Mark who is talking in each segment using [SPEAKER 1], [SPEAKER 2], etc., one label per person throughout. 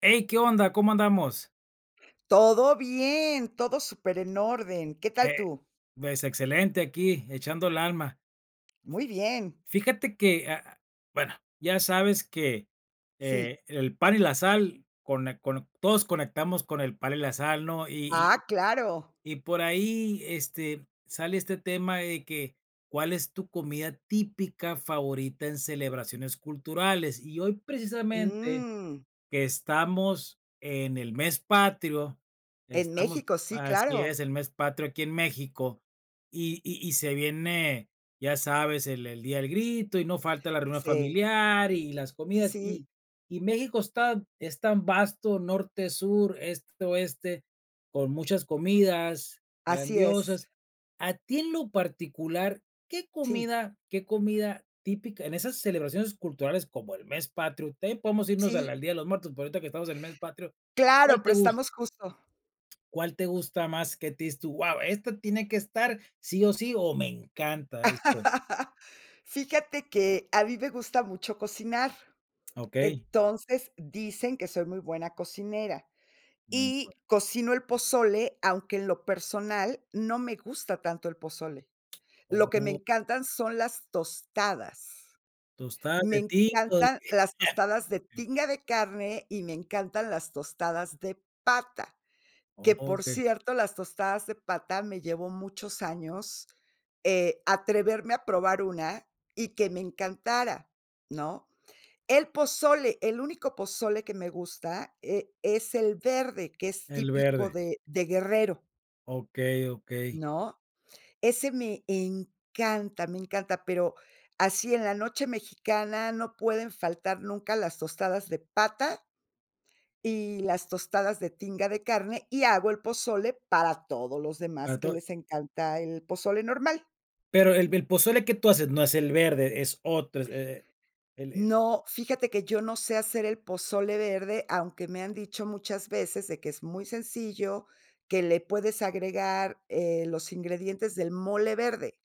[SPEAKER 1] Hey, ¿qué onda? ¿Cómo andamos?
[SPEAKER 2] Todo bien, todo súper en orden. ¿Qué tal
[SPEAKER 1] Eh,
[SPEAKER 2] tú?
[SPEAKER 1] pues excelente aquí, echando el alma.
[SPEAKER 2] Muy bien.
[SPEAKER 1] Fíjate que, bueno, ya sabes que
[SPEAKER 2] Sí.
[SPEAKER 1] el pan y la sal, con, todos conectamos con el pan y la sal, ¿no?
[SPEAKER 2] Ah,
[SPEAKER 1] Y,
[SPEAKER 2] claro.
[SPEAKER 1] y por ahí sale este tema de que, ¿cuál es tu comida típica favorita en celebraciones culturales? Y hoy precisamente
[SPEAKER 2] Mm,
[SPEAKER 1] que estamos en el mes patrio,
[SPEAKER 2] en
[SPEAKER 1] estamos
[SPEAKER 2] México, sí,
[SPEAKER 1] así
[SPEAKER 2] claro.
[SPEAKER 1] es, el mes patrio aquí en México, y se viene, ya sabes, el día del grito, y no falta la reunión
[SPEAKER 2] Sí,
[SPEAKER 1] familiar, y las
[SPEAKER 2] sí,
[SPEAKER 1] comidas,
[SPEAKER 2] sí,
[SPEAKER 1] y México está es tan vasto: norte, sur, este, oeste, con muchas comidas
[SPEAKER 2] así es.
[SPEAKER 1] grandiosas. A ti en lo particular,
[SPEAKER 2] Sí,
[SPEAKER 1] ¿qué comida típica en esas celebraciones culturales como el mes patrio? También podemos irnos al
[SPEAKER 2] sí,
[SPEAKER 1] al Día de los Muertos, pero ahorita que estamos en el mes patrio, ¿cuál
[SPEAKER 2] claro,
[SPEAKER 1] te
[SPEAKER 2] pero
[SPEAKER 1] gusta?
[SPEAKER 2] estamos justo.
[SPEAKER 1] ¿cuál te gusta más? ¿Qué te dices tú? Guau, esta tiene que estar sí o sí, o me encanta este.
[SPEAKER 2] Fíjate que a mí me gusta mucho cocinar,
[SPEAKER 1] Okey,
[SPEAKER 2] entonces dicen que soy muy buena cocinera y
[SPEAKER 1] eso.
[SPEAKER 2] cocino el pozole, aunque en lo personal no me gusta tanto el pozole. Lo que me
[SPEAKER 1] Oh,
[SPEAKER 2] encantan son las tostadas.
[SPEAKER 1] tostadas
[SPEAKER 2] Me
[SPEAKER 1] de tinto.
[SPEAKER 2] encantan las tostadas de tinga de carne y me encantan las tostadas de pata, que por
[SPEAKER 1] Okey,
[SPEAKER 2] cierto, las tostadas de pata me llevó muchos años, atreverme a probar una y que me encantara, ¿no? El pozole, el único pozole que me gusta, es el verde, que es
[SPEAKER 1] el
[SPEAKER 2] típico
[SPEAKER 1] verde.
[SPEAKER 2] de Guerrero,
[SPEAKER 1] Okey, okey.
[SPEAKER 2] ¿no? Ese me encanta, pero así en la noche mexicana no pueden faltar nunca las tostadas de pata y las tostadas de tinga de carne, y hago el pozole para todos los
[SPEAKER 1] Para
[SPEAKER 2] demás que
[SPEAKER 1] todo
[SPEAKER 2] les encanta el pozole normal.
[SPEAKER 1] Pero el pozole que tú haces no es el verde, es otro. Es, el
[SPEAKER 2] No, fíjate que yo no sé hacer el pozole verde, aunque me han dicho muchas veces de que es muy sencillo, que le puedes agregar, los ingredientes del mole verde.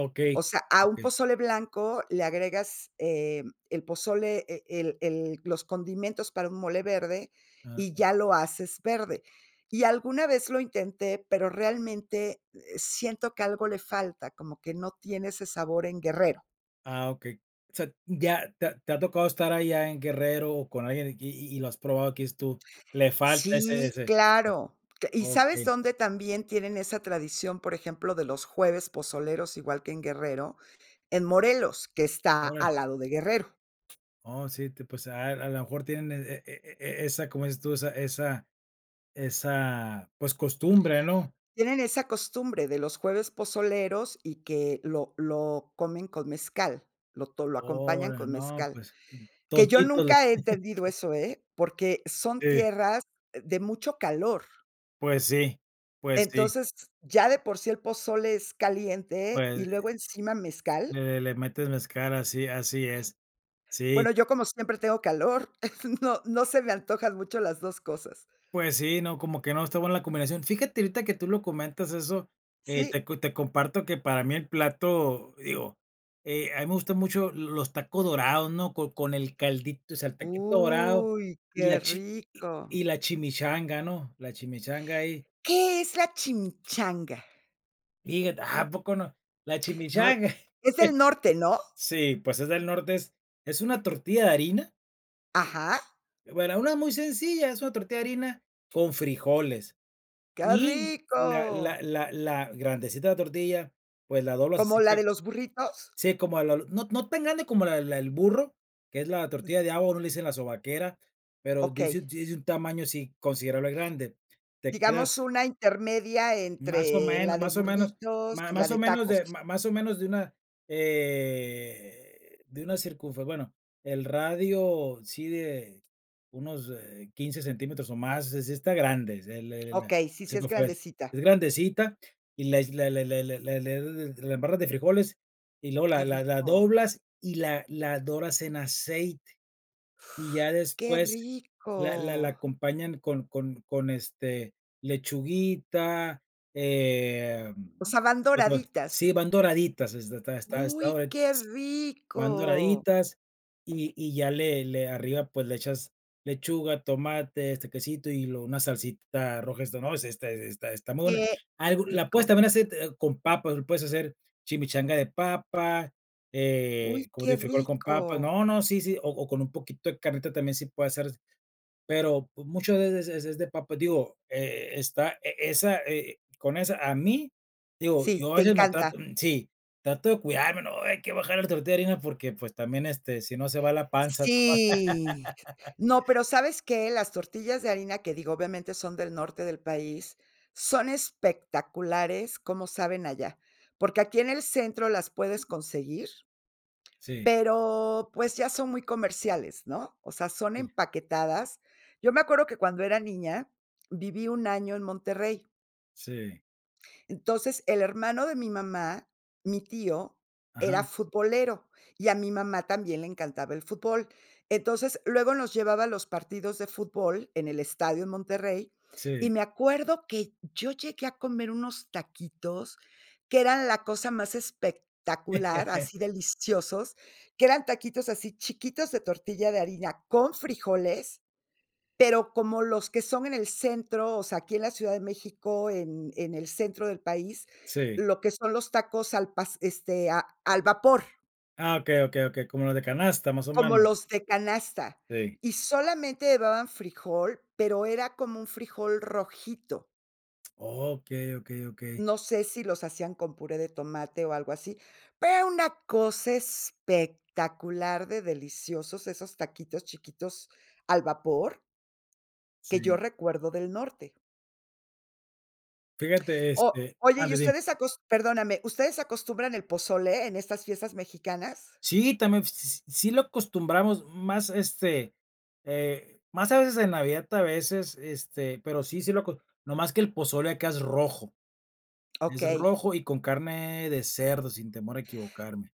[SPEAKER 1] Okey,
[SPEAKER 2] O sea, a un
[SPEAKER 1] okey.
[SPEAKER 2] pozole blanco le agregas, el pozole, e el los condimentos para un mole verde
[SPEAKER 1] Ah.
[SPEAKER 2] y ya lo haces verde. Y alguna vez lo intenté, pero realmente, siento que algo le falta, como que no tiene ese sabor en Guerrero.
[SPEAKER 1] Ah, okey. O sea, ya te ha tocado estar allá en Guerrero o con alguien aquí, y lo has probado, que es tú, le falta ese
[SPEAKER 2] Sí,
[SPEAKER 1] ese.
[SPEAKER 2] claro. Cl ¿Y sabes
[SPEAKER 1] Okey,
[SPEAKER 2] dónde también tienen esa tradición, por ejemplo, de los jueves pozoleros, igual que en Guerrero? En Morelos, que está
[SPEAKER 1] órale.
[SPEAKER 2] al lado de Guerrero.
[SPEAKER 1] Oh, sí, te pues, a lo mejor tienen esa, como dices tú, esa, pues, costumbre, ¿no?
[SPEAKER 2] Tienen esa costumbre de los jueves pozoleros y que lo comen con mezcal, lo acompañan
[SPEAKER 1] Ahora,
[SPEAKER 2] con
[SPEAKER 1] no,
[SPEAKER 2] mezcal,
[SPEAKER 1] pues,
[SPEAKER 2] que yo
[SPEAKER 1] tontitos.
[SPEAKER 2] nunca he entendido eso, ¿eh? Porque son
[SPEAKER 1] Sí,
[SPEAKER 2] tierras de mucho calor.
[SPEAKER 1] pues sí, pues sí,
[SPEAKER 2] Entonces, ya de por sí el pozole es caliente
[SPEAKER 1] pues,
[SPEAKER 2] y luego encima mezcal.
[SPEAKER 1] le metes mezcal, así es. Sí.
[SPEAKER 2] Bueno, yo como siempre tengo calor, no se me antojan mucho las dos cosas.
[SPEAKER 1] Pues sí, no, como que no está buena la combinación. Fíjate, ahorita que tú lo comentas eso,
[SPEAKER 2] ¿Sí?
[SPEAKER 1] te comparto que para mí el plato, digo, a mí me gustan mucho los tacos dorados, ¿no? Con el caldito, o sea, el taquito dorado
[SPEAKER 2] Uy,
[SPEAKER 1] y
[SPEAKER 2] qué
[SPEAKER 1] la chi y
[SPEAKER 2] rico.
[SPEAKER 1] y la chimichanga, ¿no? La chimichanga ahí.
[SPEAKER 2] ¿Qué es la chimichanga?
[SPEAKER 1] Fíjate, ¿a poco no? La
[SPEAKER 2] No,
[SPEAKER 1] chimichanga.
[SPEAKER 2] es el norte, ¿no?
[SPEAKER 1] Sí, pues es del norte, es una tortilla de harina,
[SPEAKER 2] Ajá,
[SPEAKER 1] bueno, una muy sencilla, es una tortilla de harina con frijoles.
[SPEAKER 2] qué
[SPEAKER 1] Y la la
[SPEAKER 2] rico.
[SPEAKER 1] la la grandecita de la tortilla, pues la doblas
[SPEAKER 2] ¿Como
[SPEAKER 1] así
[SPEAKER 2] la
[SPEAKER 1] ca
[SPEAKER 2] de los burritos?
[SPEAKER 1] sí, como la no, no tan grande como la del burro, que es la tortilla de agua, uno le dicen la sobaquera, pero
[SPEAKER 2] Okey,
[SPEAKER 1] dice un tamaño sí considerable grande. Te
[SPEAKER 2] digamos
[SPEAKER 1] quedas
[SPEAKER 2] una intermedia entre la de
[SPEAKER 1] más o menos,
[SPEAKER 2] burritos
[SPEAKER 1] ma
[SPEAKER 2] y la
[SPEAKER 1] más o
[SPEAKER 2] de
[SPEAKER 1] menos
[SPEAKER 2] tacos.
[SPEAKER 1] de ma más o menos de una circunferencia, bueno, el radio sí de unos, 15 centímetros o más, es está grande, es el la
[SPEAKER 2] Okey, sí, sí es
[SPEAKER 1] circunferencia.
[SPEAKER 2] grandecita.
[SPEAKER 1] Es grandecita y la embarras de frijoles y luego
[SPEAKER 2] Qué
[SPEAKER 1] la
[SPEAKER 2] rico,
[SPEAKER 1] doblas y la doras en aceite. Y ya
[SPEAKER 2] qué
[SPEAKER 1] después la
[SPEAKER 2] rico.
[SPEAKER 1] acompañan con, lechuguita, em,
[SPEAKER 2] O sea, van doraditas.
[SPEAKER 1] sí, van doraditas, está
[SPEAKER 2] Uy,
[SPEAKER 1] doradita.
[SPEAKER 2] qué
[SPEAKER 1] Van
[SPEAKER 2] rico,
[SPEAKER 1] doraditas y ya le arriba, pues, le echas lechuga, tomate, quesito y lo una salsita roja, esta, no, es esta está muy buena.
[SPEAKER 2] qué
[SPEAKER 1] Algo la puedes
[SPEAKER 2] rico.
[SPEAKER 1] también hacer, con papas, lo puedes hacer chimichanga de papa,
[SPEAKER 2] Uy,
[SPEAKER 1] como te
[SPEAKER 2] qué
[SPEAKER 1] digo, frijol con papa.
[SPEAKER 2] rico.
[SPEAKER 1] No, no, sí, sí, o con un poquito de carnita también sí puede hacer, pero muchas veces es de papa, digo, está e esa, con esa a mí, digo,
[SPEAKER 2] Sí,
[SPEAKER 1] yo a
[SPEAKER 2] te
[SPEAKER 1] veces me
[SPEAKER 2] encanta.
[SPEAKER 1] trato sí, trato de cuidarme, no, hay que bajar el tortilla de harina porque, pues, también, si no se va la panza.
[SPEAKER 2] Sí. No, pero ¿sabes qué? Las tortillas de harina, que digo, obviamente son del norte del país, son espectaculares como saben allá, porque aquí en el centro las puedes conseguir,
[SPEAKER 1] Sí,
[SPEAKER 2] pero, pues, ya son muy comerciales, ¿no? O sea, son
[SPEAKER 1] sí,
[SPEAKER 2] empaquetadas. Yo me acuerdo que cuando era niña, viví un año en Monterrey.
[SPEAKER 1] sí,
[SPEAKER 2] Entonces, el hermano de mi mamá, mi tío,
[SPEAKER 1] ajá,
[SPEAKER 2] era futbolero y a mi mamá también le encantaba el fútbol. Entonces, luego nos llevaba a los partidos de fútbol en el estadio en Monterrey,
[SPEAKER 1] sí,
[SPEAKER 2] y me acuerdo que yo llegué a comer unos taquitos que eran la cosa más espectacular, así deliciosos, que eran taquitos así chiquitos de tortilla de harina con frijoles pero como los que son en el centro, o sea, aquí en la Ciudad de México, en el centro del país,
[SPEAKER 1] sí.
[SPEAKER 2] lo que son los tacos al pas este, a al vapor,
[SPEAKER 1] Ah, okey, okey, okey, como los de canasta, más o
[SPEAKER 2] como
[SPEAKER 1] menos.
[SPEAKER 2] los de canasta,
[SPEAKER 1] Sí.
[SPEAKER 2] y solamente llevaban frijol, pero era como un frijol rojito.
[SPEAKER 1] Okey, okey, okey.
[SPEAKER 2] No sé si los hacían con puré de tomate o algo así, pero era una cosa espectacular de deliciosos esos taquitos chiquitos al vapor que yo
[SPEAKER 1] Sí.
[SPEAKER 2] recuerdo del norte.
[SPEAKER 1] Fíjate,
[SPEAKER 2] O Oye, ¿y
[SPEAKER 1] mande, dime.
[SPEAKER 2] ustedes acos perdóname, ustedes acostumbran el pozole en estas fiestas mexicanas?
[SPEAKER 1] Sí, también s sí lo acostumbramos más, más a veces en Navidad, a veces, pero sí, sí lo acos no más que el pozole acá es
[SPEAKER 2] Okey.
[SPEAKER 1] rojo y con carne de cerdo, sin temor a equivocarme.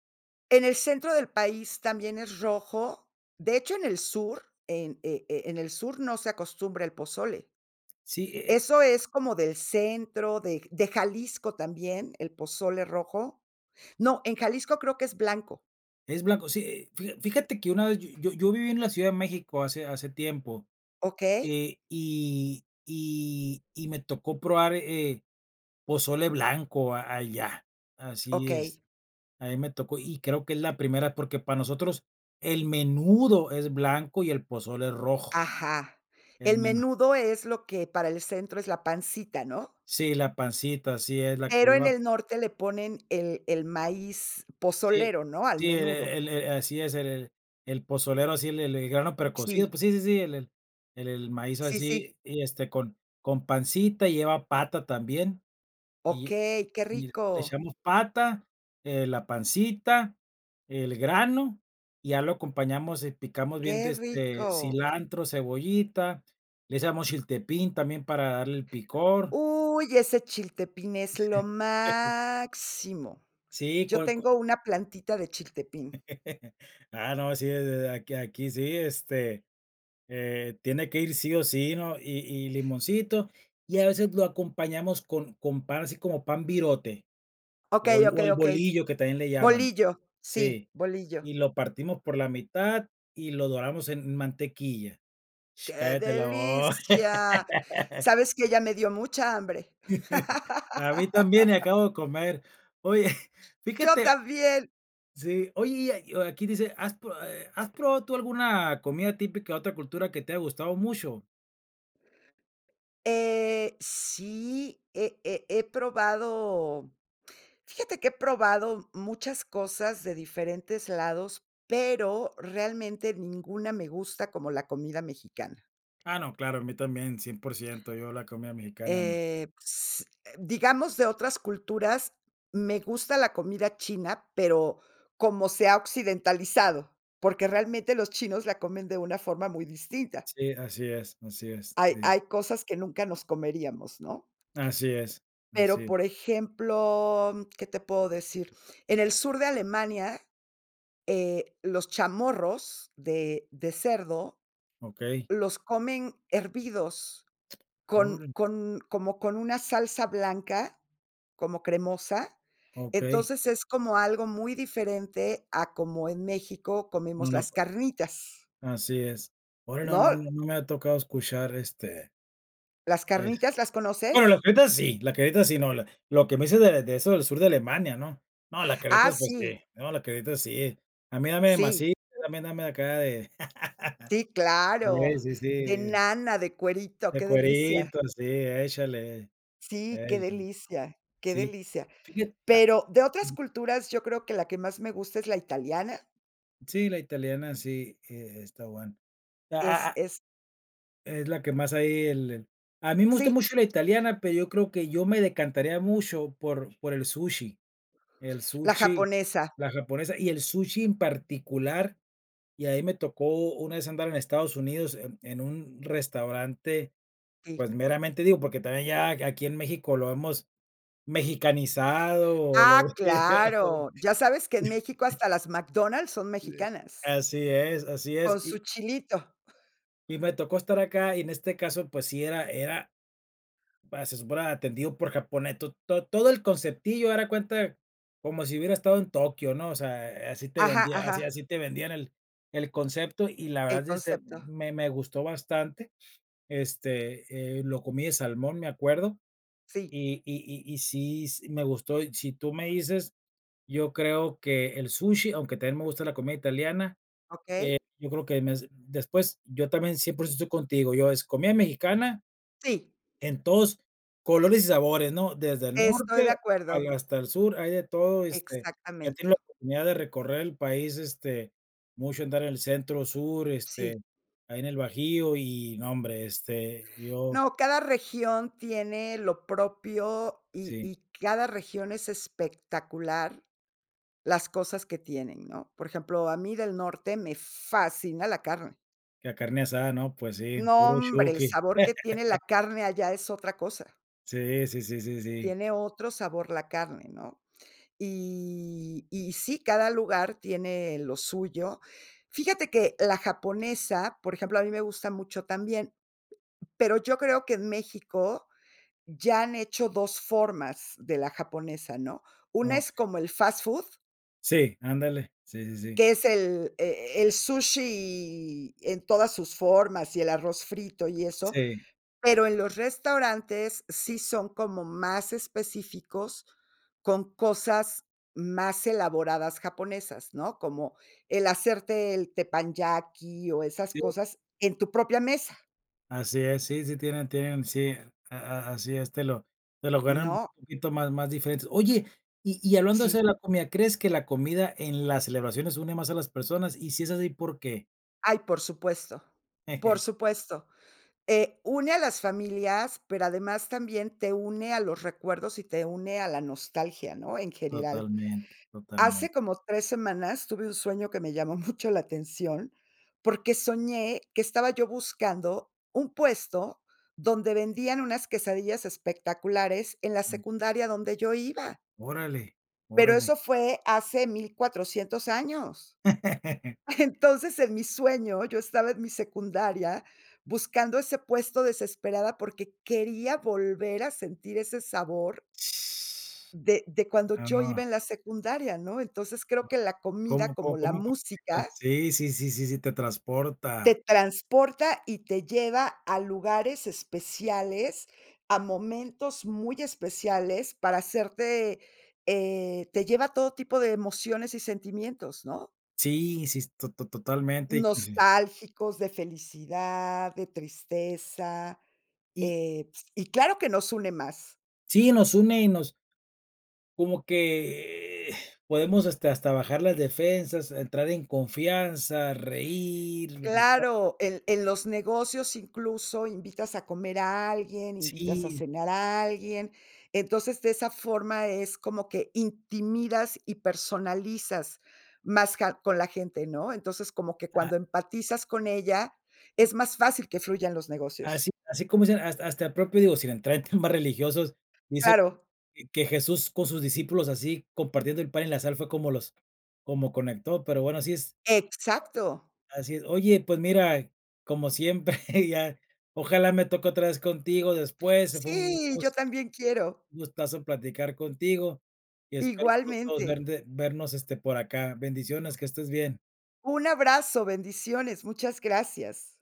[SPEAKER 2] En el centro del país también es rojo. De hecho, en el sur, en e e en el sur no se acostumbra el pozole.
[SPEAKER 1] Sí,
[SPEAKER 2] Eso es como del centro de Jalisco también, el pozole rojo. No, en Jalisco creo que es blanco.
[SPEAKER 1] es blanco, sí, fija fíjate que una vez yo viví en la Ciudad de México hace tiempo,
[SPEAKER 2] Okey,
[SPEAKER 1] y me tocó probar, pozole blanco a allá, así es.
[SPEAKER 2] okey.
[SPEAKER 1] A mí me tocó, y creo que es la primera, porque para nosotros el menudo es blanco y el pozole es rojo,
[SPEAKER 2] Ajá.
[SPEAKER 1] el
[SPEAKER 2] El
[SPEAKER 1] menú.
[SPEAKER 2] menudo es lo que para el centro es la pancita, ¿no?
[SPEAKER 1] Sí, la pancita, así es la que
[SPEAKER 2] Pero en
[SPEAKER 1] lleva.
[SPEAKER 2] el norte le ponen el maíz
[SPEAKER 1] Sí,
[SPEAKER 2] pozolero, ¿no? Al
[SPEAKER 1] sí,
[SPEAKER 2] menudo.
[SPEAKER 1] el así es, el pozolero, así el grano precocido,
[SPEAKER 2] Sí,
[SPEAKER 1] pues sí, sí, sí, el maíz
[SPEAKER 2] sí, sí.
[SPEAKER 1] así, y, con pancita, lleva pata también, y
[SPEAKER 2] Okey, qué
[SPEAKER 1] Y
[SPEAKER 2] rico,
[SPEAKER 1] le echamos pata, la pancita, el grano, y ya lo acompañamos, picamos bien, de
[SPEAKER 2] qué rico.
[SPEAKER 1] cilantro, cebollita, le echamos chiltepín también para darle el picor.
[SPEAKER 2] Uy, ese chiltepín es lo máximo.
[SPEAKER 1] Sí,
[SPEAKER 2] Yo
[SPEAKER 1] con. Con
[SPEAKER 2] tengo una plantita de chiltepín.
[SPEAKER 1] Ah, no, sí, aquí sí, tiene que ir sí o sí, ¿no? Y limoncito, y a veces lo acompañamos con pan, así como pan birote,
[SPEAKER 2] Okey,
[SPEAKER 1] o
[SPEAKER 2] okey,
[SPEAKER 1] el
[SPEAKER 2] okey.
[SPEAKER 1] bolillo que también le llaman.
[SPEAKER 2] Bolillo, sí,
[SPEAKER 1] Sí,
[SPEAKER 2] bolillo.
[SPEAKER 1] y lo partimos por la mitad y lo doramos en mantequilla. Sh,
[SPEAKER 2] ¡Qué
[SPEAKER 1] cállate la boca.
[SPEAKER 2] delicia! ¿Sabes que ya me dio mucha hambre?
[SPEAKER 1] A mí también, y acabo de comer. Oye,
[SPEAKER 2] Yo
[SPEAKER 1] fíjate,
[SPEAKER 2] también.
[SPEAKER 1] sí, oye, y aquí dice, ¿has probado tú alguna comida típica de otra cultura que te haya gustado mucho?
[SPEAKER 2] Sí, he probado fíjate que he probado muchas cosas de diferentes lados, pero realmente ninguna me gusta como la comida mexicana.
[SPEAKER 1] Ah, no, claro, a mí también, 100%, yo la comida mexicana no.
[SPEAKER 2] S digamos, de otras culturas, me gusta la comida china, pero como se ha occidentalizado, porque realmente los chinos la comen de una forma muy distinta.
[SPEAKER 1] Sí, así es,
[SPEAKER 2] Hay
[SPEAKER 1] di
[SPEAKER 2] hay cosas que nunca nos comeríamos, ¿no?
[SPEAKER 1] así es,
[SPEAKER 2] Pero,
[SPEAKER 1] así,
[SPEAKER 2] por ejemplo, ¿qué te puedo decir? En el sur de Alemania, los chamorros de cerdo
[SPEAKER 1] okey,
[SPEAKER 2] los comen hervidos con
[SPEAKER 1] órale,
[SPEAKER 2] con como con una salsa blanca, como cremosa.
[SPEAKER 1] okey,
[SPEAKER 2] Entonces, es como algo muy diferente a como en México
[SPEAKER 1] no,
[SPEAKER 2] comemos
[SPEAKER 1] no.
[SPEAKER 2] las carnitas,
[SPEAKER 1] Así es. Ahora
[SPEAKER 2] ¿no?
[SPEAKER 1] no me ha tocado escuchar,
[SPEAKER 2] ¿Las
[SPEAKER 1] el
[SPEAKER 2] carnitas las
[SPEAKER 1] bueno,
[SPEAKER 2] conoces?
[SPEAKER 1] las crevetas sí, no, la lo que me dices de eso del sur de Alemania, ¿no? No, las
[SPEAKER 2] Ah,
[SPEAKER 1] crevetas, pues
[SPEAKER 2] sí,
[SPEAKER 1] sí, no, las crevetas sí. A mí dame de
[SPEAKER 2] sí,
[SPEAKER 1] maciza, a mí dame de acá de
[SPEAKER 2] sí, claro,
[SPEAKER 1] Sí, sí,
[SPEAKER 2] de
[SPEAKER 1] sí,
[SPEAKER 2] nana, de cuerito,
[SPEAKER 1] de
[SPEAKER 2] qué delicia.
[SPEAKER 1] cuerito, sí, échale,
[SPEAKER 2] Sí, qué
[SPEAKER 1] sí,
[SPEAKER 2] delicia, qué
[SPEAKER 1] sí.
[SPEAKER 2] delicia.
[SPEAKER 1] Fíjate, a
[SPEAKER 2] Pero de otras culturas, yo creo que la que más me gusta es la italiana,
[SPEAKER 1] sí, la italiana sí, está buena. Ah,
[SPEAKER 2] es
[SPEAKER 1] ah,
[SPEAKER 2] es
[SPEAKER 1] Es la que más hay. El A mí me gusta
[SPEAKER 2] sí,
[SPEAKER 1] mucho la italiana, pero yo creo que yo me decantaría mucho por el sushi. El
[SPEAKER 2] la
[SPEAKER 1] sushi,
[SPEAKER 2] japonesa,
[SPEAKER 1] la japonesa y el sushi en particular, y ahí me tocó una vez andar en Estados Unidos en un restaurante,
[SPEAKER 2] sí.
[SPEAKER 1] pues, meramente digo, porque también ya aquí en México lo hemos mexicanizado o lo...
[SPEAKER 2] Ah, claro, ya sabes que en México hasta las McDonald's son mexicanas,
[SPEAKER 1] Así es, así es.
[SPEAKER 2] con su chilito.
[SPEAKER 1] Y me tocó estar acá, y en este caso, pues sí, era era... Ah, se supone atendido por japonés, to todo el conceptillo era cuenta como si hubiera estado en Tokio, ¿no? O sea,
[SPEAKER 2] Ajá,
[SPEAKER 1] así
[SPEAKER 2] ajá,
[SPEAKER 1] te vendían el concepto y la
[SPEAKER 2] el
[SPEAKER 1] verdad,
[SPEAKER 2] concepto.
[SPEAKER 1] me gustó bastante, lo comí de salmón, me acuerdo,
[SPEAKER 2] Sí,
[SPEAKER 1] y sí s me gustó. Y si tú me dices, yo creo que el sushi, aunque también me gusta la comida italiana,
[SPEAKER 2] ¿ok?
[SPEAKER 1] yo creo que me después, yo también siempre estoy contigo, yo es comida mexicana
[SPEAKER 2] Sí,
[SPEAKER 1] en todos colores y sabores, ¿no? Desde el
[SPEAKER 2] estoy
[SPEAKER 1] norte
[SPEAKER 2] de acuerdo,
[SPEAKER 1] al hasta el sur, hay de todo, he
[SPEAKER 2] exactamente.
[SPEAKER 1] tenido la oportunidad de recorrer el país, mucho andar en el centro, sur,
[SPEAKER 2] Sí.
[SPEAKER 1] este, ahí en el Bajío y no, hombre, yo
[SPEAKER 2] No, cada región tiene lo propio y
[SPEAKER 1] sí,
[SPEAKER 2] y cada región es espectacular. Las cosas que tienen, ¿no? Por ejemplo, a mí del norte me fascina la carne.
[SPEAKER 1] la carne asada, ¿no? Pues sí,
[SPEAKER 2] No,
[SPEAKER 1] puro
[SPEAKER 2] hombre, el
[SPEAKER 1] Chuqui.
[SPEAKER 2] sabor que tiene la carne allá es otra cosa.
[SPEAKER 1] Sí, sí, sí, sí, sí.
[SPEAKER 2] Tiene otro sabor la carne, ¿no? Y sí, cada lugar tiene lo suyo. Fíjate que la japonesa, por ejemplo, a mí me gusta mucho también, pero yo creo que en México ya han hecho 2 formas de la japonesa, ¿no? Una es
[SPEAKER 1] Okey.
[SPEAKER 2] como el fast food.
[SPEAKER 1] Sí, ándale. Sí, sí, sí.
[SPEAKER 2] Que es el sushi en todas sus formas y el arroz frito y eso,
[SPEAKER 1] Sí.
[SPEAKER 2] pero en los restaurantes sí son como más específicos con cosas más elaboradas japonesas, ¿no? Como el hacerte el teppanyaki o esas
[SPEAKER 1] Sí.
[SPEAKER 2] cosas en tu propia mesa,
[SPEAKER 1] Así es, sí, sí tienen, sí, a a así es, te lo ganan un
[SPEAKER 2] ¿no?
[SPEAKER 1] poquito más diferentes. Oye, y hablando de eso
[SPEAKER 2] Sí.
[SPEAKER 1] de la comida, ¿crees que la comida en las celebraciones une más a las personas? Y si es así, ¿por qué?
[SPEAKER 2] Ay, por supuesto, por supuesto. Une a las familias, pero además también te une a los recuerdos y te une a la nostalgia, ¿no? En general.
[SPEAKER 1] Totalmente,
[SPEAKER 2] Hace
[SPEAKER 1] totalmente.
[SPEAKER 2] como 3 semanas tuve un sueño que me llamó mucho la atención, porque soñé que estaba yo buscando un puesto donde vendían unas quesadillas espectaculares en la
[SPEAKER 1] Mm,
[SPEAKER 2] secundaria donde yo iba,
[SPEAKER 1] órale,
[SPEAKER 2] pero
[SPEAKER 1] órale.
[SPEAKER 2] eso fue hace 1400 años. Entonces, en mi sueño, yo estaba en mi secundaria buscando ese puesto desesperada porque quería volver a sentir ese sabor de cuando
[SPEAKER 1] No, no,
[SPEAKER 2] yo
[SPEAKER 1] no.
[SPEAKER 2] iba en la secundaria, ¿no? Entonces, creo que la comida,
[SPEAKER 1] ¿Cómo
[SPEAKER 2] como la
[SPEAKER 1] conectan?
[SPEAKER 2] música,
[SPEAKER 1] Sí, sí, sí, sí, sí, te transporta.
[SPEAKER 2] te transporta y te lleva a lugares especiales, a momentos muy especiales para hacerte, te lleva a todo tipo de emociones y sentimientos, ¿no?
[SPEAKER 1] Sí, sí, to totalmente, y coincido.
[SPEAKER 2] Nostálgicos, de felicidad, de tristeza,
[SPEAKER 1] Y
[SPEAKER 2] ps y claro que nos une más.
[SPEAKER 1] sí, nos une y nos, como que podemos hasta bajar las defensas, entrar en confianza, reír, platicar.
[SPEAKER 2] Claro, en los negocios incluso invitas a comer a alguien, invitas a
[SPEAKER 1] Sí,
[SPEAKER 2] cenar a alguien. Entonces, de esa forma es como que intimidas y personalizas más ja con la gente, ¿no? Entonces, como que
[SPEAKER 1] a
[SPEAKER 2] cuando empatizas con ella, es más fácil que fluyan los negocios.
[SPEAKER 1] así como dicen, hasta el propio, digo, sin entrar en temas religiosos, dice
[SPEAKER 2] Claro,
[SPEAKER 1] que Jesús con sus discípulos así compartiendo el pan y la sal fue como conectó, pero bueno, así es,
[SPEAKER 2] exacto.
[SPEAKER 1] así es. Oye, pues mira, como siempre, ya ojalá me toque otra vez contigo después, fue un
[SPEAKER 2] Sí, yo
[SPEAKER 1] gusto.
[SPEAKER 2] también quiero.
[SPEAKER 1] Un gustazo platicar contigo, y espero pronto
[SPEAKER 2] Igualmente.
[SPEAKER 1] verte vernos, por acá. Bendiciones, que estés bien.
[SPEAKER 2] Un abrazo, bendiciones, muchas gracias.